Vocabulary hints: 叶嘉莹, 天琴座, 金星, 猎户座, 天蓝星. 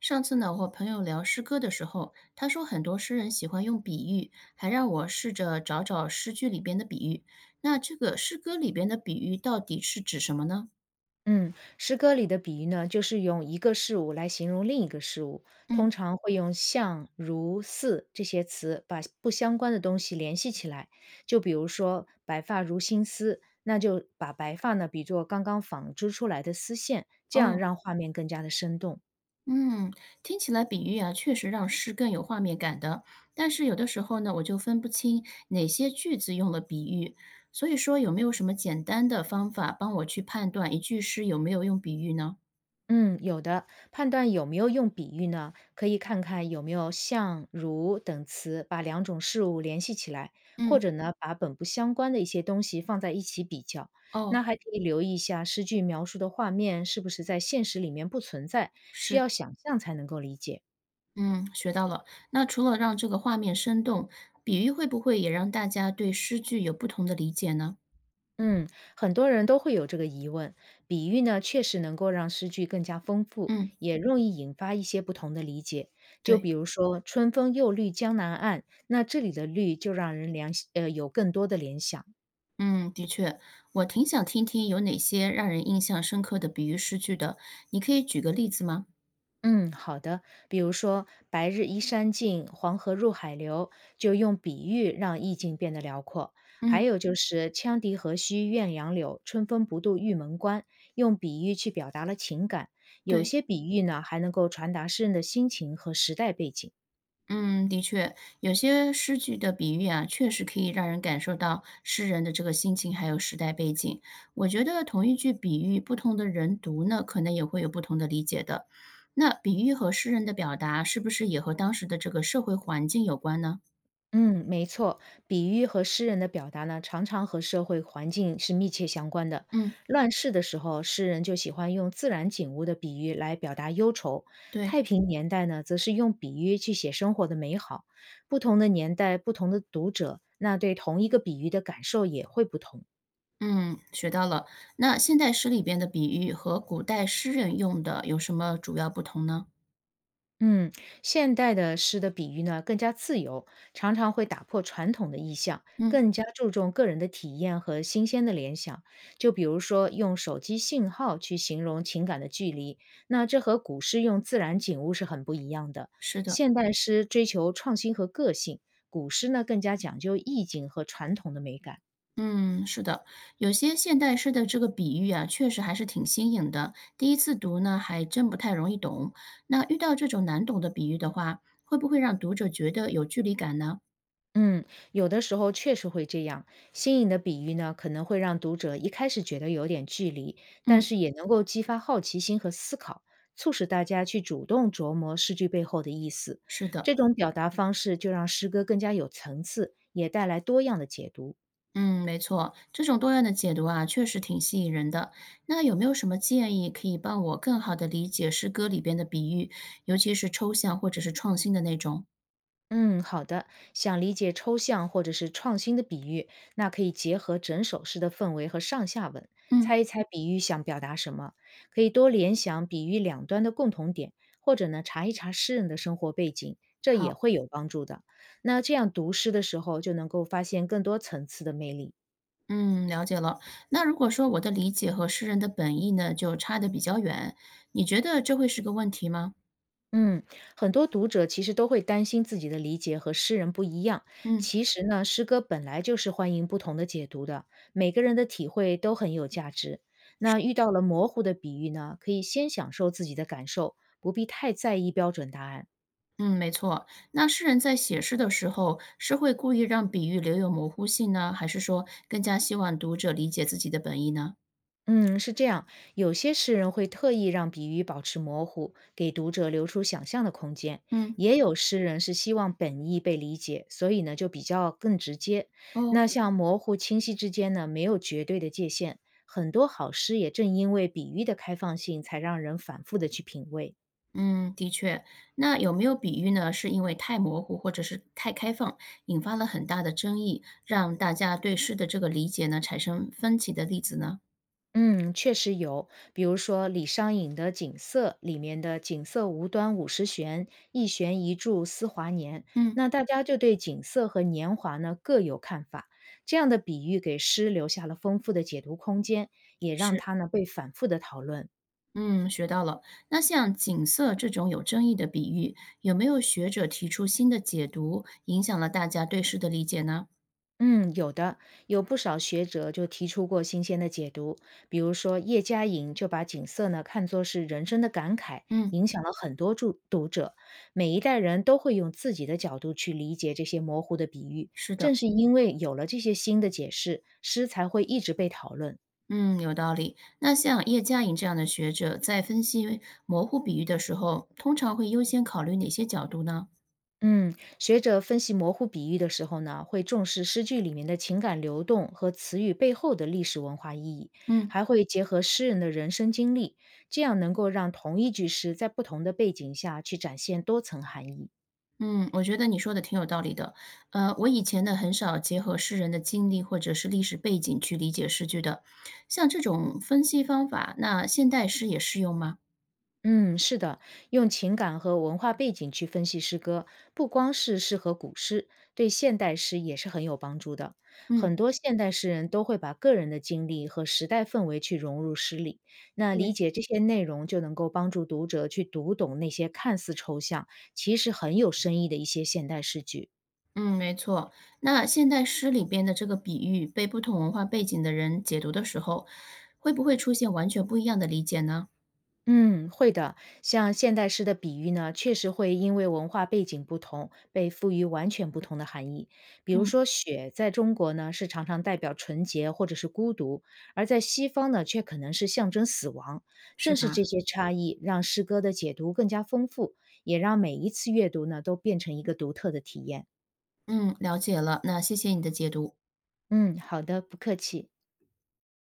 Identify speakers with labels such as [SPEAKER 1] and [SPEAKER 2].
[SPEAKER 1] 上次呢，我和朋友聊诗歌的时候，他说很多诗人喜欢用比喻，还让我试着找找诗句里边的比喻。那这个诗歌里边的比喻到底是指什么呢？
[SPEAKER 2] 嗯，诗歌里的比喻呢，就是用一个事物来形容另一个事物，
[SPEAKER 1] 嗯，
[SPEAKER 2] 通常会用像、如、似这些词把不相关的东西联系起来。就比如说“白发如新丝”，那就把白发呢比作刚刚纺织出来的丝线，这样
[SPEAKER 1] 哦，
[SPEAKER 2] 让画面更加的生动。
[SPEAKER 1] 嗯，听起来比喻啊，确实让诗更有画面感的。但是有的时候呢，我就分不清哪些句子用了比喻。所以说，有没有什么简单的方法帮我去判断一句诗有没有用比喻呢？
[SPEAKER 2] 嗯，有的。判断有没有用比喻呢，可以看看有没有像、如等词把两种事物联系起来，或
[SPEAKER 1] 嗯，
[SPEAKER 2] 者呢，把本不相关的一些东西放在一起比较。那
[SPEAKER 1] 哦，
[SPEAKER 2] 还可以留意一下诗句描述的画面是不是在现实里面不存在，需
[SPEAKER 1] 是。
[SPEAKER 2] 要想象才能够理解。
[SPEAKER 1] 嗯，学到了。那除了让这个画面生动，比喻会不会也让大家对诗句有不同的理解呢？
[SPEAKER 2] 嗯，很多人都会有这个疑问。比喻呢，确实能够让诗句更加丰富，
[SPEAKER 1] 嗯，
[SPEAKER 2] 也容易引发一些不同的理解。就
[SPEAKER 1] 对，
[SPEAKER 2] 比如说“春风又绿江南岸”，那这里的“绿”就让人有更多的联想。
[SPEAKER 1] 嗯，的确，我挺想听听有哪些让人印象深刻的比喻诗句的，你可以举个例子吗？
[SPEAKER 2] 嗯，好的。比如说“白日依山尽，黄河入海流”，就用比喻让意境变得辽阔。还
[SPEAKER 1] 嗯，
[SPEAKER 2] 有就是“羌笛何须怨杨柳，春风不度玉门关”，用比喻去表达了情感。有
[SPEAKER 1] 对。
[SPEAKER 2] 些比喻呢，还能够传达诗人的心情和时代背景。
[SPEAKER 1] 嗯，的确，有些诗句的比喻啊，确实可以让人感受到诗人的这个心情，还有时代背景。我觉得同一句比喻，不同的人读呢，可能也会有不同的理解的。那比喻和诗人的表达，是不是也和当时的这个社会环境有关呢？
[SPEAKER 2] 嗯，没错，比喻和诗人的表达呢，常常和社会环境是密切相关的。
[SPEAKER 1] 嗯，
[SPEAKER 2] 乱世的时候，诗人就喜欢用自然景物的比喻来表达忧愁；
[SPEAKER 1] 对，
[SPEAKER 2] 太平年代呢，则是用比喻去写生活的美好。不同的年代，不同的读者，那对同一个比喻的感受也会不同。
[SPEAKER 1] 嗯，学到了。那现代诗里边的比喻和古代诗人用的有什么主要不同呢？
[SPEAKER 2] 嗯，现代的诗的比喻呢更加自由，常常会打破传统的意象，
[SPEAKER 1] 嗯，
[SPEAKER 2] 更加注重个人的体验和新鲜的联想。就比如说用手机信号去形容情感的距离，那这和古诗用自然景物是很不一样的。
[SPEAKER 1] 是的。
[SPEAKER 2] 现代诗追求创新和个性，古诗呢更加讲究意境和传统的美感。
[SPEAKER 1] 嗯，是的，有些现代诗的这个比喻啊，确实还是挺新颖的。第一次读呢，还真不太容易懂。那遇到这种难懂的比喻的话，会不会让读者觉得有距离感呢？
[SPEAKER 2] 嗯，有的时候确实会这样。新颖的比喻呢，可能会让读者一开始觉得有点距离，但
[SPEAKER 1] 嗯，
[SPEAKER 2] 是也能够激发好奇心和思考，促使大家去主动琢磨诗句背后的意思。
[SPEAKER 1] 是的，
[SPEAKER 2] 这种表达方式就让诗歌更加有层次，也带来多样的解读。
[SPEAKER 1] 嗯，没错，这种多样的解读啊，确实挺吸引人的。那有没有什么建议可以帮我更好的理解诗歌里边的比喻，尤其是抽象或者是创新的那种？
[SPEAKER 2] 嗯，好的。想理解抽象或者是创新的比喻，那可以结合整首诗的氛围和上下文，
[SPEAKER 1] 嗯，
[SPEAKER 2] 猜一猜比喻想表达什么。可以多联想比喻两端的共同点，或者呢查一查诗人的生活背景，这
[SPEAKER 1] 好。
[SPEAKER 2] 也会有帮助的。那这样读诗的时候，就能够发现更多层次的魅力。
[SPEAKER 1] 嗯，了解了。那如果说我的理解和诗人的本意呢，就差得比较远，你觉得这会是个问题吗？
[SPEAKER 2] 嗯，很多读者其实都会担心自己的理解和诗人不一样。
[SPEAKER 1] 嗯
[SPEAKER 2] 其实呢，诗歌本来就是欢迎不同的解读的，每个人的体会都很有价值。那遇到了模糊的比喻呢，可以先享受自己的感受，不必太在意标准答案。
[SPEAKER 1] 嗯，没错。那诗人在写诗的时候，是会故意让比喻留有模糊性呢，还是说更加希望读者理解自己的本意呢？
[SPEAKER 2] 嗯，是这样，有些诗人会特意让比喻保持模糊，给读者留出想象的空间；
[SPEAKER 1] 嗯
[SPEAKER 2] 也有诗人是希望本意被理解，所以呢就比较更直接。
[SPEAKER 1] 哦，
[SPEAKER 2] 那像模糊清晰之间呢，没有绝对的界限。很多好诗也正因为比喻的开放性，才让人反复的去品味。
[SPEAKER 1] 嗯，的确。那有没有比喻呢？是因为太模糊或者是太开放，引发了很大的争议，让大家对诗的这个理解呢产生分歧的例子呢？
[SPEAKER 2] 嗯，确实有，比如说李商隐的《锦瑟》里面的“锦瑟无端五十弦，一弦一柱思华年”，
[SPEAKER 1] 嗯，
[SPEAKER 2] 那大家就对锦瑟和年华呢各有看法。这样的比喻给诗留下了丰富的解读空间，也让
[SPEAKER 1] 是。
[SPEAKER 2] 它呢被反复的讨论。
[SPEAKER 1] 嗯，学到了。那像景色这种有争议的比喻，有没有学者提出新的解读，影响了大家对诗的理解呢？
[SPEAKER 2] 嗯，有的，有不少学者就提出过新鲜的解读，比如说叶嘉莹就把景色呢看作是人生的感慨，
[SPEAKER 1] 嗯，
[SPEAKER 2] 影响了很多注读者。每一代人都会用自己的角度去理解这些模糊的比喻，
[SPEAKER 1] 是的，
[SPEAKER 2] 正是因为有了这些新的解释，诗才会一直被讨论。
[SPEAKER 1] 嗯，有道理。那像叶嘉莹这样的学者，在分析模糊比喻的时候，通常会优先考虑哪些角度呢？
[SPEAKER 2] 嗯，学者分析模糊比喻的时候呢，会重视诗句里面的情感流动和词语背后的历史文化意义，
[SPEAKER 1] 嗯
[SPEAKER 2] 还会结合诗人的人生经历，这样能够让同一句诗在不同的背景下去展现多层含义。
[SPEAKER 1] 嗯，我觉得你说的挺有道理的。我以前呢很少结合诗人的经历或者是历史背景去理解诗句的。像这种分析方法，那现代诗也适用吗？
[SPEAKER 2] 嗯，是的，用情感和文化背景去分析诗歌，不光是适合古诗，对现代诗也是很有帮助的。
[SPEAKER 1] 嗯，
[SPEAKER 2] 很多现代诗人都会把个人的经历和时代氛围去融入诗里，那理
[SPEAKER 1] 对。
[SPEAKER 2] 解这些内容就能够帮助读者去读懂那些看似抽象，其实很有深意的一些现代诗句。
[SPEAKER 1] 嗯，没错。那现代诗里边的这个比喻被不同文化背景的人解读的时候，会不会出现完全不一样的理解呢？
[SPEAKER 2] 嗯，会的。像现代诗的比喻呢，确实会因为文化背景不同，被赋予完全不同的含义。比如
[SPEAKER 1] 嗯，
[SPEAKER 2] 说，雪在中国呢是常常代表纯洁或者是孤独，而在西方呢却可能是象征死亡。
[SPEAKER 1] 是
[SPEAKER 2] 正是这
[SPEAKER 1] 吧？
[SPEAKER 2] 些差异，让诗歌的解读更加丰富，也让每一次阅读呢都变成一个独特的体验。
[SPEAKER 1] 嗯，了解了。那谢谢你的解读。
[SPEAKER 2] 嗯，好的，不客气。